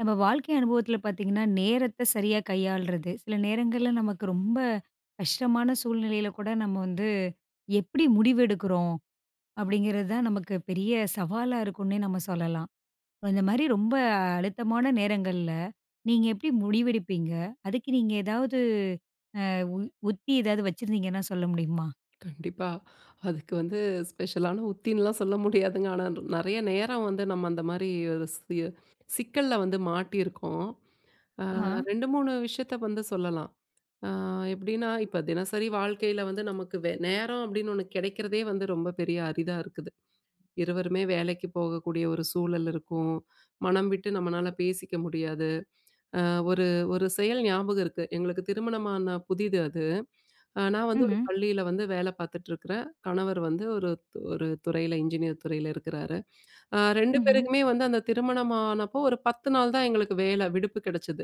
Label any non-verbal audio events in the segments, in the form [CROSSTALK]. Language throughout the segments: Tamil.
நம்ம வாழ்க்கை அனுபவத்துல பார்த்தீங்கன்னா, நேரத்த சரியா கையாள்றது. சில நேரங்கள்ல நமக்கு ரொம்ப கஷ்டமான சூழ்நிலையில கூட நம்ம எப்படி முடிவெடுக்கிறோம்? அப்படிங்கிறது தான் நமக்கு பெரிய சவாலா இருக்குன்னே நம்ம சொல்லலாம். இந்த மாரி ரொம்ப அழுத்தமான நேரங்கள்ல, நீங்க எப்படி முடிவெடுப்பீங்க? அதுக்கு நீங்க ஏதாவது உ உத்தி ஏதாவது வச்சிருந்தீங்கன்னா சொல்ல முடியுமா? கண்டிப்பா. அதுக்கு வந்து ஸ்பெஷலான உத்தின்லாம் சொல்ல முடியாதுங்க. ஆனா, நெறைய நேரம் வந்து நம்ம அந்த மாரி ஒரு சிக்கல்ல வந்து மாட்டியிருக்கோம். ஆ ஆஹா. 2, 3 விஷயத்த வந்து சொல்லலாம். ஆ எப்படின்னா, இப்ப தினசரி வாழ்க்கையில வந்து நமக்கு நேரம் அப்படின்னு ஒண்ணு கிடைக்கிறதே வந்து ரொம்ப பெரிய அரிதா இருக்குது. இருவருமே வேலைக்கு போகக்கூடிய ஒரு சூழல் இருக்கும். மனம் விட்டு நம்மனால பேசிக்க முடியாது. அ ஒரு ஒரு செயல் ஞாபகம் இருக்கு. எங்களுக்கு திருமணமான புதிது அது. நான் வந்து ஒரு ம்ஹ்ம். பள்ளியில வந்து வேலை பார்த்துட்டு இருக்கிறேன். கணவர் வந்து ஒரு துறையில இன்ஜினியர் துறையில இருக்கிறாரு. 2 ம்ஹ்ம். பேருக்குமே வந்து அந்த திருமணம் ஆனப்போ ஒரு 10 நாள் தான் எங்களுக்கு வேலை விடுப்பு கிடைச்சது.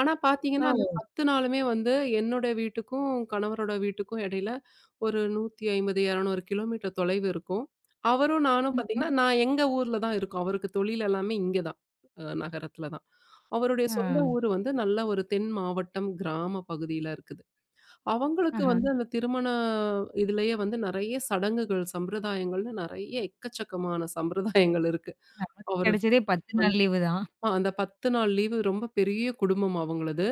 ஆனா பார்த்தீங்கன்னா, அந்த ஓ! 10 நாளுமே வந்து என்னோட வீட்டுக்கும், கணவரோட வீட்டுக்கும் இடையில ஒரு 150, 200 கிலோமீட்டர் தொலைவு இருக்கும். அவரும் நானும் ம்ஹ்ம். பார்த்தீங்கன்னா, நான் எங்க ஊர்ல தான் இருக்கோம். அவருக்கு தொழில் எல்லாமே இங்க தான். நகரத்துல தான். அவருடைய சொந்த ஆ. ஊர் வந்து நல்ல ஒரு தென் மாவட்டம், கிராம பகுதியில இருக்குது. அவங்களுக்கு ஆஹா. வந்து அந்த திருமண இதுலயே வந்து நெறைய சடங்குகள், சம்பிரதாயங்கள்னு நெறைய எக்கச்சக்கமான சம்பிரதாயங்கள் இருக்கு. நமக்கு அவருக்கு கிடைச்சதே 10 வந்து நாள் லீவு தான். அந்த 10 நாள் லீவு ரொம்ப பெரிய குடும்பம் அவங்களது.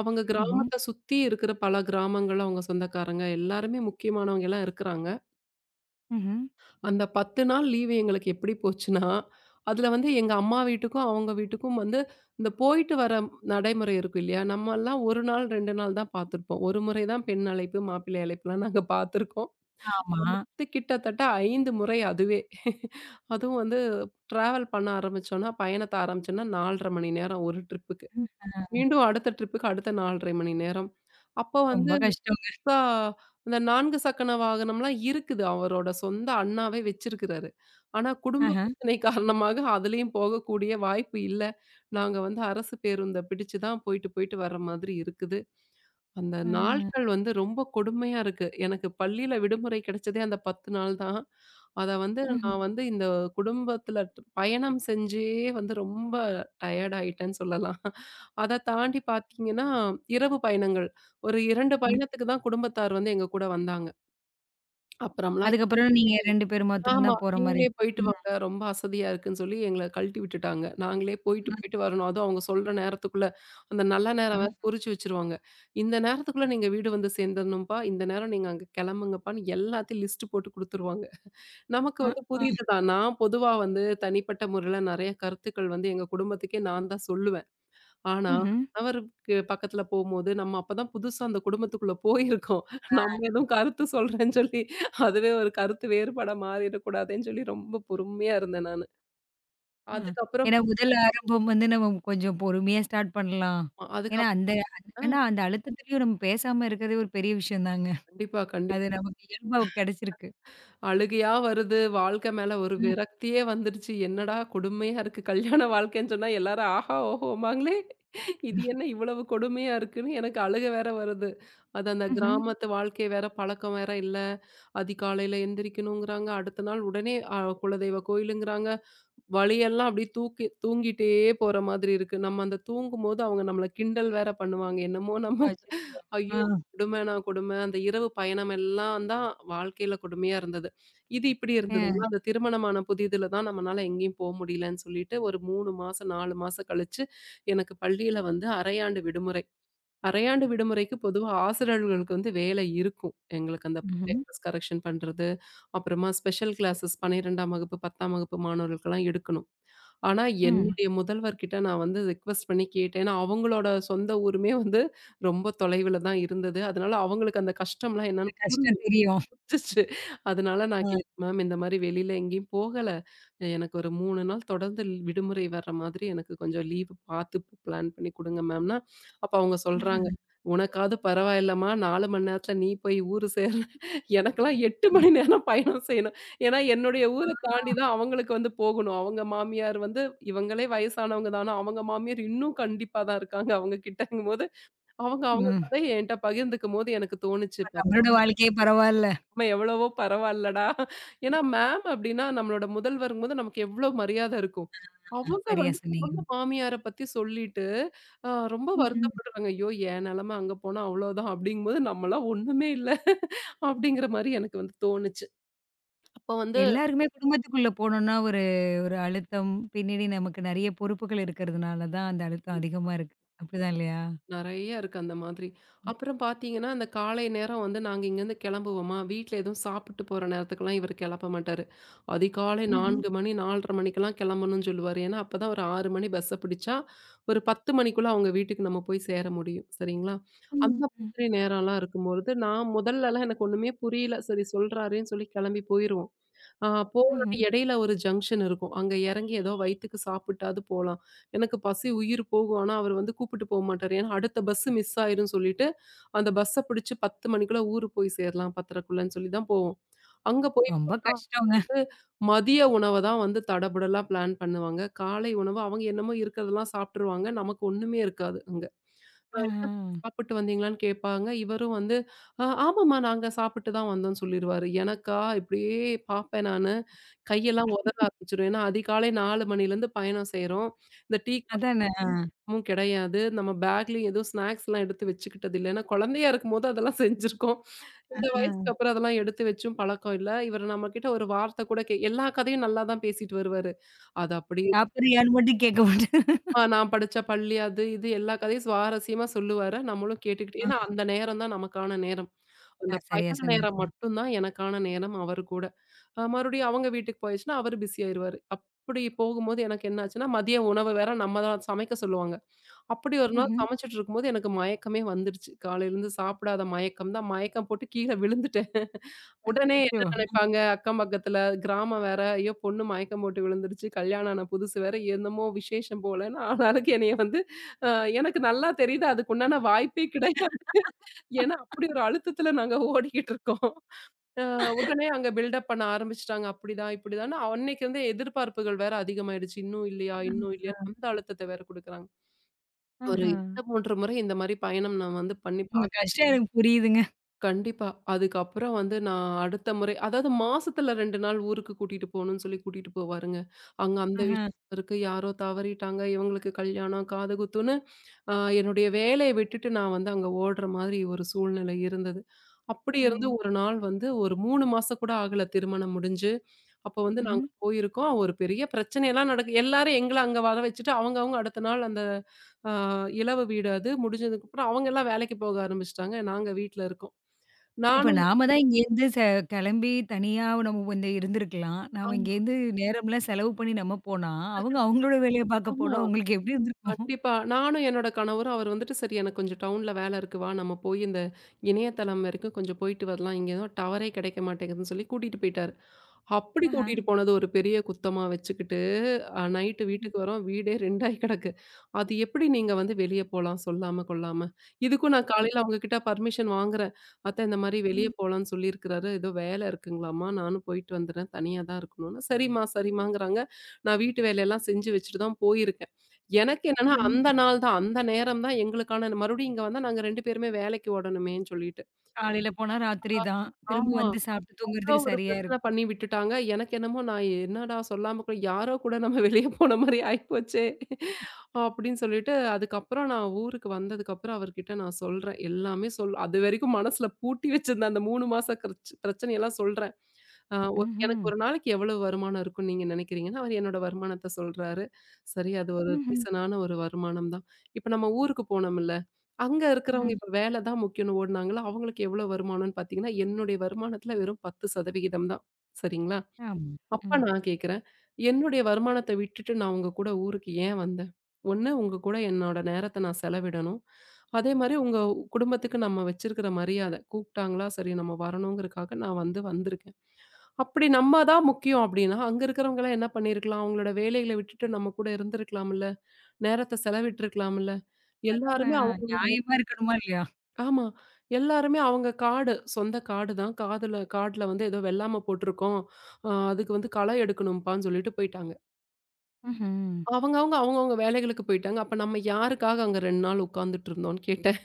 அவங்க ம்ஹ்ம். கிராமத்த சுத்தி இருக்கிற பல கிராமங்கள், அவங்க சொந்தக்காரங்க எல்லாருமே முக்கியமானவங்க எல்லாம் இருக்கிறாங்க. ம்ஹ்ம். அந்த 10 நாள் லீவு எங்களுக்கு எப்படி போச்சுன்னா, அதுல வந்து எங்க அம்மா வீட்டுக்கும், அவங்க வீட்டுக்கும் வந்து இந்த போயிட்டு வர நடைமுறை இருக்கும் இல்லையா? நம்மலாம் 1 நாள், 2 நாள் தான் பார்த்துருப்போம். ஒரு முறை தான் பெண் அழைப்பு, மாப்பிள்ளை அழைப்புலாம் நாங்க பார்த்துருக்கோம். ஆமா. இது கிட்டத்தட்ட 5 முறை அதுவே. அதுவும் வந்து ட்ராவல் பண்ண ஆரம்பிச்சோம்னா, பயணத்த ஆரம்பிச்சோம்னா 4 1/2 மணி நேரம் ஒரு ட்ரிப்புக்கு. மீண்டும் அடுத்த ட்ரிப்புக்கு அடுத்த 4 1/2 மணி நேரம். அப்போ ரொம்ப வந்து கஷ்டம். புதுசா அந்த 4 சக்கர வாகனம்லாம் இருக்குது. அவரோட சொந்த அண்ணாவே வச்சிருக்கிறாரு. ஆனா குடும்ப ஆஹா. பிரச்சனை காரணமாக அதுலயும் போகக்கூடிய வாய்ப்பு இல்ல. நாங்க வந்து அரசு பேருந்த பிடிச்சு தான் போயிட்டு, போயிட்டு வர மாதிரி இருக்குது. அந்த அ, நாட்கள் வந்து ரொம்ப கொடுமையா இருக்கு. எனக்கு பள்ளியில விடுமுறை கிடைச்சதே அந்த 10 நாள் தான். அத வந்து ம்ஹ்ம். நான் வந்து இந்த குடும்பத்தில பயணம் செஞ்சே வந்து ரொம்ப டயர்ட் ஆயிட்டேன்னு சொல்லலாம். அத தாண்டி பார்த்தீங்கன்னா, இரவு பயணங்கள். ஒரு 2 ம். பயணத்துக்கு தான் குடும்பத்தார் வந்து எங்க கூட வந்தாங்க. அப்புறம்லாம் அதுக்கப்புறம் நீங்க 2 பேர் மாத்திரம் ஆமா. தான் போற மாரி. "நீங்களே போயிட்டு ம். வாங்க. ரொம்ப அசதியா இருக்குன்னு" சொல்லி எங்கள கழட்டி விட்டுட்டாங்க. நாங்களே போயிட்டு, அ, போயிட்டு வரணும். அதுவும் அவங்க சொல்ற நேரத்துக்குள்ள, அந்த நல்ல அ, நேரம் வேற குறிச்சு வச்சுருவாங்க. "இந்த நேரத்துக்குள்ள நீங்க வீடு வந்து சேர்ந்துரணும்ப்பா. இந்த நேரம் நீங்க அங்க கிளம்புங்கப்பான்னு" எல்லாத்தையும் லிஸ்ட் போட்டு குடுத்துருவாங்க. நமக்கு அ, வந்து அ. புதிதுதான். நான் பொதுவா வந்து தனிப்பட்ட முறையில நெறைய கருத்துக்கள் வந்து எங்க குடும்பத்துக்கே நான் தான் சொல்லுவேன். ஆனா, ம்ஹ்ம். கணவருக்கு பக்கத்துல போம்போது, நம்ம அப்பதான் புதுசா அந்த குடும்பத்துக்குள்ள போயிருக்கோம். ஆ, நம்ம எதுவும் கருத்து சொல்றேன்னு சொல்லி, அதுவே ஒரு கருத்து வேறுபாடா மாறிடக்கூடாதுன்னு சொல்லி ரொம்ப பொறுமையா இருந்தேன் நானு. ஆ. அதுக்கப்புறம் ஏன்னா முதல் ஆரம்பம் வந்து நம்ம கொஞ்சம் பொறுமையா ஸ்டார்ட் பண்ணலாம். ஏன்னா அதுக்கப்புறம் அந்த அந்த ஆ ஆனா அந்த அழுத்தத்திலயும் நம்ம பேசாம இருக்கிறதே ஒரு பெரிய விஷயம் தாங்க. கண்டிப்பா, கண்டிப்பா. அது நமக்கு இயல்பா கெடைச்சிருக்கு. அழுகையா வருது. வாழ்க்கை மேல ஒரு ம். விரக்தியே வந்துருச்சு. என்னடா கொடுமையா இருக்கு. கல்யாண வாழ்க்கைன்னு சொன்னா எல்லாரும் ஆஹா, ஓஹோம்பாங்களே. இது என்ன இவ்வளவு கொடுமையா இருக்குன்னு எனக்கு அழுகை வேற வருது. அது அந்த ம்ஹ்ம். கிராமத்து வாழ்க்கை வேற, பழக்கம் வேற இல்ல. அதிகாலையில எந்திரிக்கணுங்கிறாங்க. அடுத்த நாள் உடனே குலதெய்வ கோயிலுங்கிறாங்க. வலியெல்லாம் அப்படியே தூக்கி தூங்கிட்டே போற மாதிரி இருக்கு. நம்ம அந்த தூங்கும்போது அவங்க நம்மள கிண்டல் வேற பண்ணுவாங்க. என்னமோ நம்ம அச்சச்சோ! ஆ. ஐயோ! கொடுமைனா கொடுமை. அந்த இரவு பயணம் எல்லாம் தான் வாழ்க்கையில கொடுமையா இருந்தது. இது இப்படி அ. இருந்ததுன்னா, அந்த திருமணமான புதிதில தான் நம்மனால எங்கேயும் முடியலன்னு சொல்லிட்டு, ஒரு 3 மாசம், 4 மாசம் கழிச்சு எனக்கு பள்ளியில வந்து அரையாண்டு விடுமுறை. அரையாண்டு விடுமுறைக்கு பொதுவா ஆசிரியர்களுக்கு வந்து வேலை இருக்கும். எங்களுக்கு அந்த ம்ஹ்ம். பேப்பர்ஸ் கரெக்ஷன் பண்றது, அப்புறமா ஸ்பெஷல் கிளாஸஸ் 12ஆம் வகுப்பு, 10ஆம் வகுப்பு மாணவர்களுக்கெல்லாம் எடுக்கணும். ஆனா ம். என்னுடைய முதல்வர்கிட்ட நான் வந்து ரிக்வெஸ்ட் பண்ணி கேட்டேன். ஏன்னா அவங்களோட சொந்த ஊருமே வந்து ரொம்ப தொலைவில தான் இருந்தது. அதனால அவங்களுக்கு அந்த கஷ்டம்லாம் அந்த என்னன்னு கஷ்டம் புரிஞ்சுது. தெரியும். அச்சச்சோ! அதனால நான் அ. கேட்டேன், மேம் இந்த மாரி வெளியில எங்கேயும் போகல. எனக்கு ஒரு 3 நாள் தொடர்ந்து விடுமுறை வர்ற மாதிரி எனக்கு கொஞ்சம் லீவ் பார்த்து பிளான் பண்ணி குடுங்க மேம்ன்னா, அப்ப அவங்க சொல்றாங்க, "உனக்காவது பரவாயில்லம்மா 4 மணி நேரத்துல நீ போய் ஊரு சேர எனக்கெல்லாம் 8 மணி நேரம் பயணம் செய்யணும்." ஏன்னா என்னுடைய ஊர தாண்டி தான் அவங்களுக்கு வந்து போகணும். அவங்க மாமியார் வந்து இவங்களே வயசானவங்க தான, அவங்க மாமியார் இன்னும் கண்டிப்பா தான் இருக்காங்க அவங்க கிட்டங்கும்போது, அவங்க அவங்க ம். கதைய என்ட்ட பகிர்ந்துக்கும்போது எனக்கு தோணுச்சு இப்ப நம்மளோட வாழ்க்கையே பரவால்ல. நம்ம எவ்வளவோ பரவாயில்லடா. ஏன்னா மேம் அப்டின்னா நம்மளோட முதல்வருங்கும்போது நமக்கு எவ்ளோ மரியாதை இருக்கும். அ அவங்க சரியா வந்து அவங்க சொன்னீங்க. மாமியார பத்தி சொல்லிட்டு அ ரொம்ப ம்ஹ்ம். ம். வருத்தப்படுறாங்க. ஐயோ! என் நெலம அங்க போனா அவ்ளோதான் அப்டிங்கும்போது நம்மலாம் ஒண்ணுமே இல்ல அப்டிங்கிற மாரி எனக்கு வந்து தோணுச்சு. அப்ப வந்து எல்லாருக்குமே குடும்பத்துக்குள்ள போனோம்னா ஒரு ஒரு அழுத்தம், பின்னாடி நமக்கு நெறைய பொறுப்புகள் இருக்கிறதுனால தான் அந்த அழுத்தம் அதிகமா இருக்கு. அப்படிதான் இல்லையா? நெறைய இருக்கு அந்த மாதிரி. அப்புறம் பார்த்தீங்கன்னா, அந்த காலை நேரம் வந்து நாங்க இங்கேருந்து கிளம்புவோமா, வீட்ல எதுவும் சாப்பிட்டு போற நேரத்துக்கெல்லாம் இவர் கெளப்ப மாட்டாரு. அதிகாலை ம்ஹ்ம். 4 மணி, 4:30 மணிக்கெல்லாம் கெளம்பணும்னு சொல்லுவாரு. ஏன்னா, அப்பதான் ஒரு 6 மணி பஸ்ஸ பிடிச்சா, ஒரு 10 மணிக்குள்ள அவங்க வீட்டுக்கு நம்ம போய் சேர முடியும். சரிங்களா? ம், அந்த ம், மாதிரி நேரம்லாம் இருக்கும்பொழுது, நான் முதல்லலாம் எனக்கு ஒண்ணுமே புரியல. சரி சொல்றாரேன்னு சொல்லி கெளம்பி போயிருவோம். ஆ போனோனே ம்ஹ்ம். இடையில ஒரு ஜங்ஷன் இருக்கும். அங்க இறங்கி ஏதோ வயித்துக்கு சாப்பிட்டாவது போலாம். எனக்கு பசி உயிர் போகும். ஆனா, அவரு வந்து கூப்பிட்டு போ மாட்டாரு. ஏன்னா, அடுத்த பஸ் மிஸ் ஆயிரும்னு சொல்லிட்டு, அந்த பஸ்ஸ பிடிச்சு 10 மணிக்குள்ள ஊரு போய் சேரலாம் 10:30க்குள்ளன்னு சொல்லி தான் போவோம். அங்க போய் ரொம்ப பார்த்தா கஷ்டங்க. வந்து மதிய உணவ தான் வந்து தடபுடலா பிளான் பண்ணுவாங்க. காலை உணவு அவங்க என்னமோ இருக்கிறதெல்லாம் சாப்பிட்டுருவாங்க. நமக்கு ஒண்ணுமே இருக்காது அங்க. அ ஆ. என்ன சாப்பிட்டு வந்தீங்களான்னு கேட்பாங்க. இவரும் வந்து ஆமாம்மா. நாங்க சாப்பிட்டு தான் வந்தோம்ன்னு சொல்லிருவாரு. எனக்கா இப்படியே பார்ப்பேன் நானு. கையெல்லாம் உதற ஆரம்பிச்சுரும். ஏன்னா, அதிகாலை 4 மணிலேருந்து பயணம் செய்றோம். இந்த டீ, அதானே. காஃபியும் கிடையாது. நம்ம பேக்லயும் எதுவும் ஸ்நாக்ஸ்லாம் எடுத்து வச்சுக்கிட்டது இல்ல. ஏன்னா, குழந்தையா இருக்கும்போது அதெல்லாம் செஞ்சிருக்கோம். இந்த வயசுக்கு ஆ. அப்புறம் அதெல்லாம் எடுத்து வச்சும் பழக்கம் இல்ல. இவர் நம்மகிட்ட ஒரு வார்த்தை கூட எல்லா கதையும் நல்லா தான் பேசிட்டு வருவாரு. அது அப்படி சாப்பிடுறியான்னு மட்டும் கேட்க மாட்டேன். ஆ நான் படிச்ச பள்ளி அது, இது எல்லா கதையும் சுவாரஸ்யமா சொல்லுவாரு. நம்மளும் கேட்டுக்கிட்டு ஏன்னா ஆ. அந்த நேரம் தான் நமக்கான நேரம். ஆ அந்த சரியா பயண நேரம் சொன்னீங்க. மட்டும் தான் எனக்கான நேரம் அவர் கூட. மறுபடியும் அவங்க வீட்டுக்கு போயாச்சுன்னா, அவரு பிஸி ஆயிருவாரு. அப்படி போகும்போது எனக்கு என்ன ஆச்சுன்னா, மதிய உணவு வேற நம்ம தான் சமைக்க சொல்லுவாங்க. அப்படி ஒரு நாள் ம்ஹ்ம். சமைச்சுட்டு இருக்கும்போது எனக்கு மயக்கமே வந்துடுச்சு. காலையிலேருந்து சாப்பிடாத மயக்கம் தான். மயக்கம் போட்டு கீழ விழுந்துட்டேன். உடனே அச்சச்சோ! என்ன நினைப்பாங்க, அக்கம் பக்கத்துல கிராமம் வேற, ஐயோ! பொண்ணு மயக்கம் போட்டு விழுந்துருச்சு. கல்யாணம் ஆன புதுசு வேற, என்னமோ விசேஷம் போலன்னு ஆளாளுக்கு என்னைய வந்து அ எனக்கு நல்லா தெரியுது அதுக்கு உண்டான வாய்ப்பே கிடையாது. ஏன்னா, அப்படி ஒரு அழுத்தத்துல நாங்க ஓடிக்கிட்டு இருக்கோம். அ உடனே அங்க பில்டப் பண்ண ஆரம்பிச்சுட்டாங்க. அப்படிதான், இப்படிதான்னு அன்னைக்கு வந்து எதிர்பார்ப்புகள் வேற அதிகமாயிடுச்சு. இன்னும் இல்லையா? ஆ. இன்னும் இல்லையான்னு அந்த அழுத்தத்த வேற குடுக்குறாங்க. ஒரு ஆஹா. 2, 3 முறை இந்த மாரி பயணம் நான் வந்து பண்ணி உங்க பாத்துட்டேன். கஷ்டம் எனக்கு புரியுதுங்க. கண்டிப்பா. அதுக்கப்புறம் வந்து நான் அடுத்த முறை அதாவது மாசத்துல 2 நாள் ஊருக்கு கூட்டிட்டு போணும்னு சொல்லி கூட்டிட்டு போவாருங்க. அங்க அந்த ஆஹா. விஷயம் இருக்கு. யாரோ தவறிட்டாங்க. இவங்களுக்கு கல்யாணம், காதுகுத்துன்னு அ என்னுடைய வேலைய விட்டுட்டு நான் வந்து அங்க ஓடுற மாதிரி ஒரு சூழ்நிலை இருந்தது. அப்படி இருந்து ம். ஒரு நாள் வந்து ஒரு 3 மாசம் கூட ஆகல திருமணம் முடிஞ்சு. அப்ப வந்து ம்ஹ்ம். நாங்க போயிருக்கோம். ஒரு பெரிய பிரச்சனைலாம் நடக்கு எல்லாரும் எங்கள அங்க வர வச்சுட்டு அவங்க அவங்க அடுத்த நாள் அந்த அ இலவு வீடு அது முடிஞ்சதுக்கப்புறம் அவங்கலாம் வேலைக்கு போக ஆரம்பிச்சுட்டாங்க. நாங்க வீட்ல இருக்கோம். இப்ப நானும் நாம தான் இங்கேருந்து ச கெளம்பி தனியா நம்ம வந்து இருந்திருக்கலாம். நாம ஆமா, இங்கேருந்து நேரம்லாம் செலவு பண்ணி நம்ம போனா, அவங்க அவங்களோட வேலைய பார்க்க ஆமா. போனா, உங்களுக்கு எப்படி இருந்திருக்கும்? கண்டிப்பா. நானும் என்னோட கணவரும் அவர் வந்துட்டு, "சரி எனக்கு கொஞ்சம் டவுன்ல வேலை இருக்கு. வா நம்ம போய் இந்த இணையதளம் வரைக்கும் கொஞ்சம் போயிட்டு வரலாம். இங்க எதுவும் டவரே கிடைக்க மாட்டேங்குதுன்னு" சொல்லி கூட்டிட்டு போயிட்டாரு. அப்படி ஆஹா. கூட்டிட்டு போனது ஒரு பெரிய குத்தமா வச்சுக்கிட்டு, நைட்டு ம். வீட்டுக்கு வரோம். வீடே 2 ஆயி கிடக்கு. அது எப்படி நீங்க வந்து வெளிய போலாம் சொல்லாம கொள்ளாம? இதுக்கும் நான் அச்சோ! காலையில அவங்ககிட்ட பர்மிஷன் வாங்குறேன். "அத்த இந்த மாரி வெளிய ம். போலான்னு சொல்லியிருக்கிறாரு. ஏதோ வேலை இருக்குங்களாம்மா. நானும் போயிட்டு வந்துடுறேன். தனியா தான் இருக்கணும்னு." "சரிம்மா, சரிம்மாங்கிறாங்க." நான் வீட்டு வேலையெல்லாம் செஞ்சு வச்சுட்டு தான் போயிருக்கேன். எனக்கு என்னன்னா, ம்ஹ்ம். அந்த நாள் தான், அந்த நேரம் தான் எங்களுக்கான மறுபடியும் இங்க வந்தா நாங்க 2 பேருமே வேலைக்கு ஓடணுமேன்னு சொல்லிட்டு. காலையில போனா ராத்திரி தான். திரும்ப ஆமா. வந்து சாப்பிட்டு அவ்ளோ தூங்குறதுக்கு ஒரு சரியா பிரச்சனை இருக்கும். பண்ணி விட்டுட்டாங்க. எனக்கு என்னமோ நான் என்னடா சொல்லாம கூட யாரோ கூட நம்ம வெளிய போன மாரி ஆயிப்போச்சே! அப்படின்னு சொல்லிட்டு அதுக்கப்புறம் நான் ஊருக்கு வந்ததுக்கப்புறம் அவர்கிட்ட நான் சொல்றேன். எல்லாமே சொல் அதுவரைக்கும் மனசுல பூட்டி வச்சிருந்த அந்த 3 மாச பிரச்சனையெல்லாம் சொல்றேன். அ ஒரு ம்ஹ்ம். எனக்கு ஒரு நாளைக்கு எவ்வளவு வருமானம் இருக்கும்ன்னு நீங்க நினைக்கிறீங்கன்னா, அவர் என்னோட வருமானத்த சொல்றாரு. சரி அது ஒரு ம்ஹ்ம். டீசென்டான ஒரு வருமானம் தான். இப்ப நம்ம ஊருக்கு போனோம்ல. அங்க ம். இருக்கிறவங்க ம். இப்ப வேல தான் முக்கியம்னு ஓடுனாங்களா, அவங்களுக்கு எவ்ளோ வருமானம்னு பார்த்தீங்கன்னா, என்னுடைய வருமானத்துல வெறும் 10% தான். சரிங்களா? ஆமா. அப்ப ம். நான் கேட்கிறேன், என்னுடைய வருமானத்த விட்டுட்டு நான் உங்க கூட ஊருக்கு ஏன் வந்தேன்? ஒண்ணு உங்க கூட என்னோட நேரத்த நான் செலவிடணும். அதே மாரி உங்க குடும்பத்துக்கு நம்ம வச்சிருக்கிற மரியாத. கூப்பிட்டாங்களா, சரி நம்ம வரணுங்கிறக்காக நான் வந்து வந்திருக்கேன். அப்படி நம்ம தான் முக்கியம் அப்படின்னா, அங்க இருக்கிறவங்கலாம் என்ன பண்ணியிருக்கலாம்? அவங்களோட வேலைகள விட்டுட்டு நம்ம கூட இருந்திருக்கலாம்ல்ல. நேரத்த செலவிட்டுருக்கலாம்ல்ல. அதான் எல்லாருமே நியாயமா இருக்கணுமா இல்லையா? ஆமா. எல்லாருமே அவங்க காடு, சொந்த காடு தான். காதுல காட்ல வந்து ஏதோ வெள்ளாமை போட்டிருக்கோம். அதுக்கு வந்து களை எடுக்கணும்ப்பான்னு சொல்லிட்டு போயிட்டாங்க. ம்ஹ்ம். அவங்கவங்க, அவங்கவங்க வேலைகளுக்கு போயிட்டாங்க. அப்ப நம்ம யாருக்காக அங்க 2 நாள் உட்காந்துட்டு இருந்தோம்ன்னு கேட்டேன்.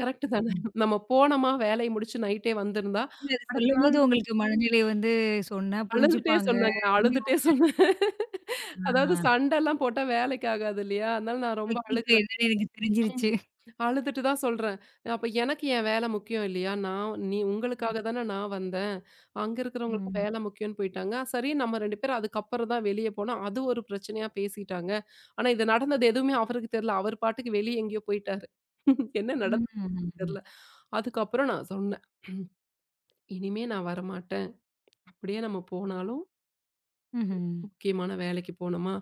கரெக்ட் தானே. ம். நம்ம போனோமா வேலைய முடிச்சு நைட்டே வந்திருந்தா, இல்ல அது அடுத்த சொல்லும்போது நாள் உங்களுக்கு மனநிலை சொன்னா அழுதுட்டே புரிஞ்சுப்பாங்க. சொன்னாங்க. அழுதுட்டே [UNINTELLIGIBLE] சொன்னேன். ஆ அதாவது சண்டைலாம் போட்டா வேலைக்கு ஆகாது இல்லையா? அதனால நான் ரொம்ப டெக்னிக் அழுகுறேன். என்னன்னு எனக்கு தெரிஞ்சிருச்சு. அழுதுட்டு தான் சொல்றேன். அப்ப எனக்கு என் வேலை முக்கியம் இல்லையா? நான் நீ உங்களுக்காக தானே நான் வந்தேன். அங்க இருக்கிறவங்களுக்கு ம். வேலை முக்கியம்னு போயிட்டாங்க. சரி நம்ம 2 பேரும் அதுக்கப்புறம் தான் வெளிய போனோம். அது ஒரு பிரச்சனையா பேசிட்டாங்க. ஆனா இது நடந்தது எதுவுமே அவருக்கு தெரியல. அவர் பாட்டுக்கு வெளிய எங்கேயோ போயிட்டாரு. [LAUGHS] என்ன நடந்தது ம். தெரியல. அதுக்கப்புறம் நான் சொன்னேன். [CLEARS THROAT] இனிமே நான் வரமாட்டேன். அப்படியே நம்ம போனாலும் ம்ஹ்ம். முக்கியமான வேலைக்கு போனோமா,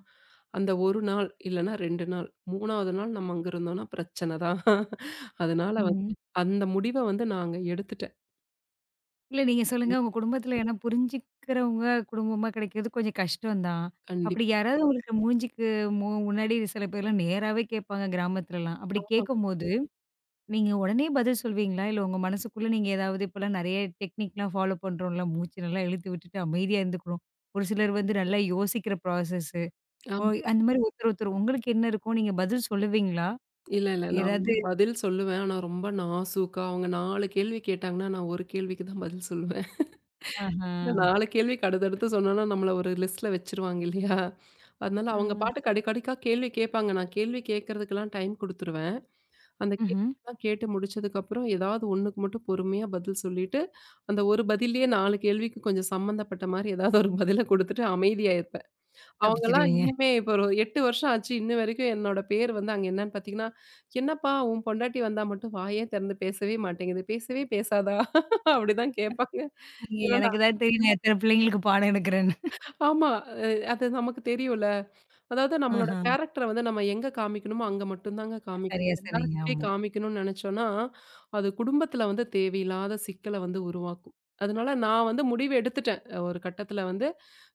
அந்த 1 நாள் இல்லன்னா 2 நாள், 3வது நாள் நம்ம அங்க இருந்தோம்னா பிரச்சனை தான். அதனால வந்து ம். அந்த முடிவ வந்து நாங்க எடுத்துட்டேன். இல்ல நீங்க சொல்லுங்க, ம். உங்க குடும்பத்துல ஏன்னா புரிஞ்சுக்கிறவங்க குடும்பமா கிடைக்கிறது கொஞ்சம் கஷ்டம் தான். அப்படி கண்டிப்பா. யாராவது உங்களுக்கு மூஞ்சிக்கு முன்னாடி சில பேர்லாம் நேராவே கேட்பாங்க கிராமத்துலலாம். அப்படி ஆமா, கேட்கும்போது, நீங்க உடனே பதில் சொல்வீங்களா? இல்ல உங்க மனசுக்குள்ள நீங்க ஏதாவது இப்பலாம் நெறைய டெக்னிக்லாம் ஃபாலோ பண்றோம்ல, மூச்சு நல்லா இழுத்து விட்டுட்டு அமைதியா இருந்துக்கணும். ஒரு சிலர் வந்து நல்லா யோசிக்கிற ப்ராசஸ்ஸு. ஓ ஆமா. அந்த மாரி ஒருத்தர் ஒருத்தர் உங்களுக்கு என்ன இருக்கும்? நீங்க பதில் சொல்லுவீங்களா? இல்ல, இல்ல. நான் ஏதாவது வந்து பதில் சொல்லுவேன். ஆனா ரொம்ப நாசூக்கா அவங்க 4 கேள்வி கேட்டாங்கன்னா, நான் 1 கேள்விக்கு தான் பதில் சொல்லுவேன். ஆஹா. இந்த 4 கேள்விக்கு அடுத்தடுத்து சொன்னோம்னா, நம்மள ஒரு லிஸ்ட்ல வச்சுருவாங்க இல்லையா? அதனால ஆ. அவங்க பாட்டுக்கு அடிக்கடிக்கா கேள்வி கேட்பாங்க. நான் கேள்வி கேட்கறதுக்கெல்லாம் டைம் குடுத்துருவேன். அந்த ம்ஹ்ம். கேள்விலாம் கேட்டு முடிச்சதுக்கப்புறம், ஏதாவது ஒண்ணுக்கு மட்டும் பொறுமையா பதில் சொல்லிட்டு, அந்த ஒரு பதில்லயே 4 கேள்விக்கு கொஞ்சம் சம்மந்தப்பட்ட மாரி ஏதாவது ஒரு பதில குடுத்துட்டு அமைதியா இருப்பேன். அவங்கலாம் தப்பிச்சுடுவீங்க. இன்னுமே இப்போ ஒரு 8 வருஷம் ஆச்சு. இன்ன வரைக்கும் என்னோட பேர் வந்து அங்க என்னன்னு பார்த்தீங்கன்னா, "என்னப்பா உன் பொண்டாட்டி வந்தா மட்டும் வாயே திறந்து பேசவே மாட்டேங்குது. பேசவே பேசாதா?" அப்படிதான் கேட்பாங்க. நீங்க ஏன்னா எனக்கு தான் தெரியும் நான் எத்தன பிள்ளைங்களுக்கு பாடம் எடுக்கிறேன்னு. ஆமா. அது நமக்கு தெரியும்ல. அதாவது நம்மளோட ஆஹா. கேரக்டர வந்து நம்ம எங்க காமிக்கணுமோ, அங்க மட்டும் தாங்க சரியா காமிக்கணும். சொன்னீங்க. எல்லார்கிட்டயும் ஆமா. காமிக்கணும்னு நெனச்சோம்னா, அது குடும்பத்துல வந்து தேவையில்லாத சிக்கல வந்து உருவாக்கும். அதனால நான் வந்து முடிவு எடுத்துட்டேன். ஒரு கட்டத்துல வந்து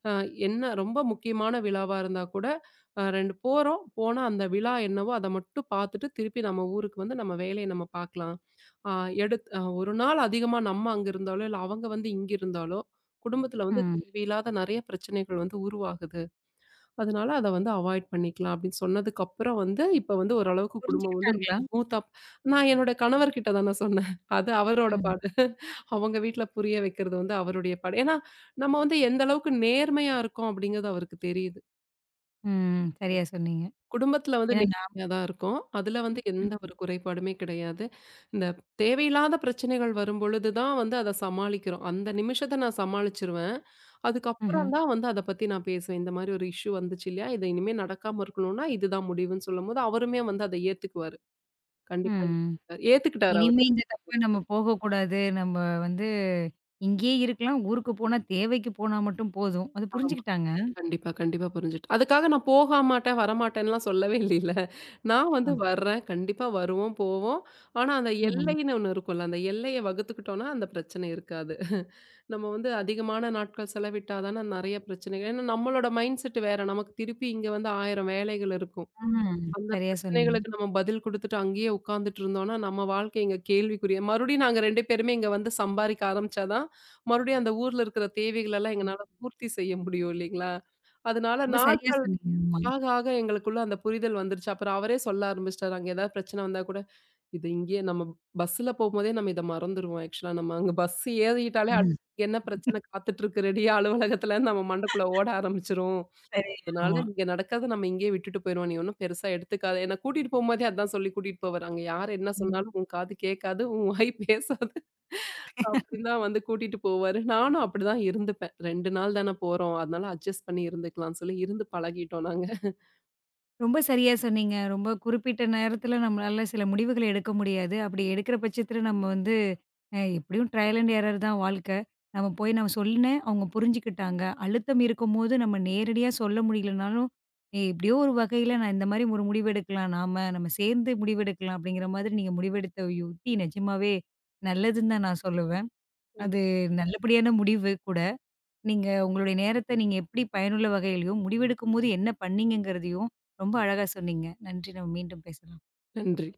அ என்ன ரொம்ப முக்கியமான விழாவா இருந்தா கூட, 2 போறோம். போனா அந்த விழா என்னவோ அத மட்டும் பாத்துட்டு, திருப்பி நம்ம ஊருக்கு வந்து நம்ம வேலைய நம்ம பாக்கலாம். அ எடுத் அ ஒரு நாள் அதிகமா நம்ம அங்க இருந்தாலோ, இல்ல அவங்க வந்து இங்க இருந்தாலோ, குடும்பத்துல வந்து ம். தேவையில்லாத நெறைய பிரச்சனைகள் வந்து உருவாகுது. அதனால அத வந்து அவாய்ட் பண்ணிக்கலாம் அப்படின்னு சொன்னதுக்கப்புறம் வந்து, இப்ப வந்து ஓரளவுக்கு குடும்பம் வந்து ரொம்ப புரிஞ்சுக்கிட்டாங்களா? ஸ்மூத்தா நான் என்னோட கணவர்கிட்ட தான சொன்னேன். அது அவரோட ம். பாடு. அவங்க வீட்ல புரிய வைக்கிறது வந்து அவருடைய பாடு. ஏன்னா, நம்ம வந்து எந்த அளவுக்கு நேர்மையா இருக்கோம் அப்படிங்கிறது அவருக்கு தெரியுது. ம். சரியா சொன்னீங்க. குடும்பத்துல வந்து ஏன்னா நானும் நேர்மையா தான் இருக்கும். அதுல வந்து எந்த ஒரு குறைபாடுமே கிடையாது. இந்த தேவையில்லாத பிரச்சனைகள் வரும்பொழுது தான் வந்து அத சமாளிக்கிறோம். அந்த நிமிஷத்த நான் சமாளிச்சுருவேன். ம்ஹ்ம். அதுக்கப்புறம் தான் வந்து அத பத்தி நான் பேசுவேன். இந்த மாரி ஒரு இஷ்யூ வந்துச்சு இல்லையா? இது இனிமே நடக்காம இருக்கணும்னா இதுதான் முடிவுன்னு சொல்லும்போது, அவருமே வந்து அத ஏத்துக்குவாரு. கண்டிப்பா ம். ஏத்துக்கிட்டாரு. ஏத்துக்கிட்டாரு அவரு. இனிமே இந்த தப்பு நம்ம போகக்கூடாது. நம்ம வந்து இங்கேயே இருக்கலாம். ஊருக்கு போனா தேவைக்கு போனா மட்டும் போதும். அது ஆமா. புரிஞ்சுக்கிட்டாங்க? கண்டிப்பா, கண்டிப்பா புரிஞ்சுட்டு. அதுக்காக நான் போக மாட்டேன், வரமாட்டேன்லாம் சொல்லவே இல்லைல்ல. நான் ஆ. வந்து வர்றேன். கண்டிப்பா வருவோம், போவோம். ஆனா அந்த ம்ஹ்ம். எல்லைன்னு ஒண்ணு இருக்கும்ல, அந்த எல்லைய வகுத்துக்கிட்டோம்னா அந்த பிரச்சனை இருக்காது. நம்ம வந்து அதிகமான நாட்கள் செலவிட்டா தானே நெறைய பிரச்சனைகள் ஏன்னா நம்மளோட மைண்ட் செட் வேற. நமக்கு திருப்பி இங்க வந்து 1000 வேலைகள் இருக்கும். ம். அந்த சரியா சொன்னீங்க. பிரச்சனைகளுக்கு நம்ம பதில் குடுத்துட்டு அங்கேயே உட்கார்ந்துட்டு இருந்தோம்னா, நம்ம வாழ்க்கை இங்க கேள்விக்குரிய மறுபடியும் நாங்க 2 பேருமே இங்க வந்து சம்பாரிக்க ஆரம்பிச்சா தான், மறுபடியும் அந்த ஊர்ல இருக்கிற தேவைகள் எல்லாம் எங்கனால பூர்த்தி செய்ய முடியும் இல்லைங்களா? அதனால ரொம்ப சரியா நாட்கள் சொன்னீங்க. ஆமா. ஆக எங்களுக்குள்ள அந்த புரிதல் வந்துருச்சு. அப்புறம் அவரே சொல்ல ஆரம்பிச்சுட்டாரு. அங்க ஏதாவது பிரச்சனை வந்தா கூட, "இது இங்கேயே நம்ம பஸ்ஸுல போகும்போதே நம்ம இத மறந்துருவோம் ஆக்சுவலா. நம்ம அங்க பஸ் ஏறிட்டாலே ம். அடுத்து என்ன பிரச்சனை காத்துட்டு இருக்கு ரெடியா அலுவலகத்துலன்னு நம்ம மண்டைக்குள்ள ஓட ஆரம்பிச்சுரும்." சரி. அதனால ஆமா. இங்க நடக்கிறத நம்ம இங்கேயே விட்டுட்டு போயிருவோம். நீ ஒண்ணும் பெருசா எடுத்துக்காத. என்ன கூட்டிட்டு போம்போதே அதான் சொல்லி கூட்டிட்டு போவாரு. அங்க யார் என்ன ம். சொன்னாலும் உன் காது கேட்காது, உன் வாய் [LAUGHS] பேசாது. அப்படின்னு தான் வந்து கூட்டிட்டு போவாரு. நானும் அப்படிதான் இருந்துப்பேன். 2 நாள் தானே போறோம். அதனால அட்ஜஸ்ட் பண்ணி இருந்துக்கலாம்னு சொல்லி இருந்து பழகிட்டோம் நாங்க. ரொம்ப சரியா சொன்னீங்க. ரொம்ப குறிப்பிட்ட நேரத்தில நம்மளால சில முடிவுகள எடுக்க முடியாது. அப்படி எடுக்கிற பட்சத்தில நம்ம வந்து அ எப்படியும் ட்ரையல் அண்ட் எரர் தான் வாழ்க்க. நம்ம போய் நான் சொன்னேன், அவங்க புரிஞ்சுக்கிட்டாங்க. அழுத்தம் இருக்கும்போது நம்ம நேரடியா சொல்ல முடியலனாலும், "ஏ எப்படியோ ஒரு வகையில நான் இந்த மாரி ஒரு முடிவு எடுக்கலாம் நாம. நம்ம சேர்ந்து முடிவெடுக்கலாம்." அப்படிங்கிற மாதிரி நீங்க முடிவெடுத்த யுக்தி நிஜமாவே நல்லதுன்னு தான் நான் சொல்லுவேன். அது நல்லபடியான முடிவு கூட. நீங்க உங்களுடைய நேரத்த நீங்க எப்படி பயனுள்ள வகையிலயும், முடிவெடுக்கும்போது என்ன பண்ணீங்கங்கிறதையும் ரொம்ப அழகா சொன்னீங்க. நன்றி. நம்ம மீண்டும் பேசலாம். நன்றி.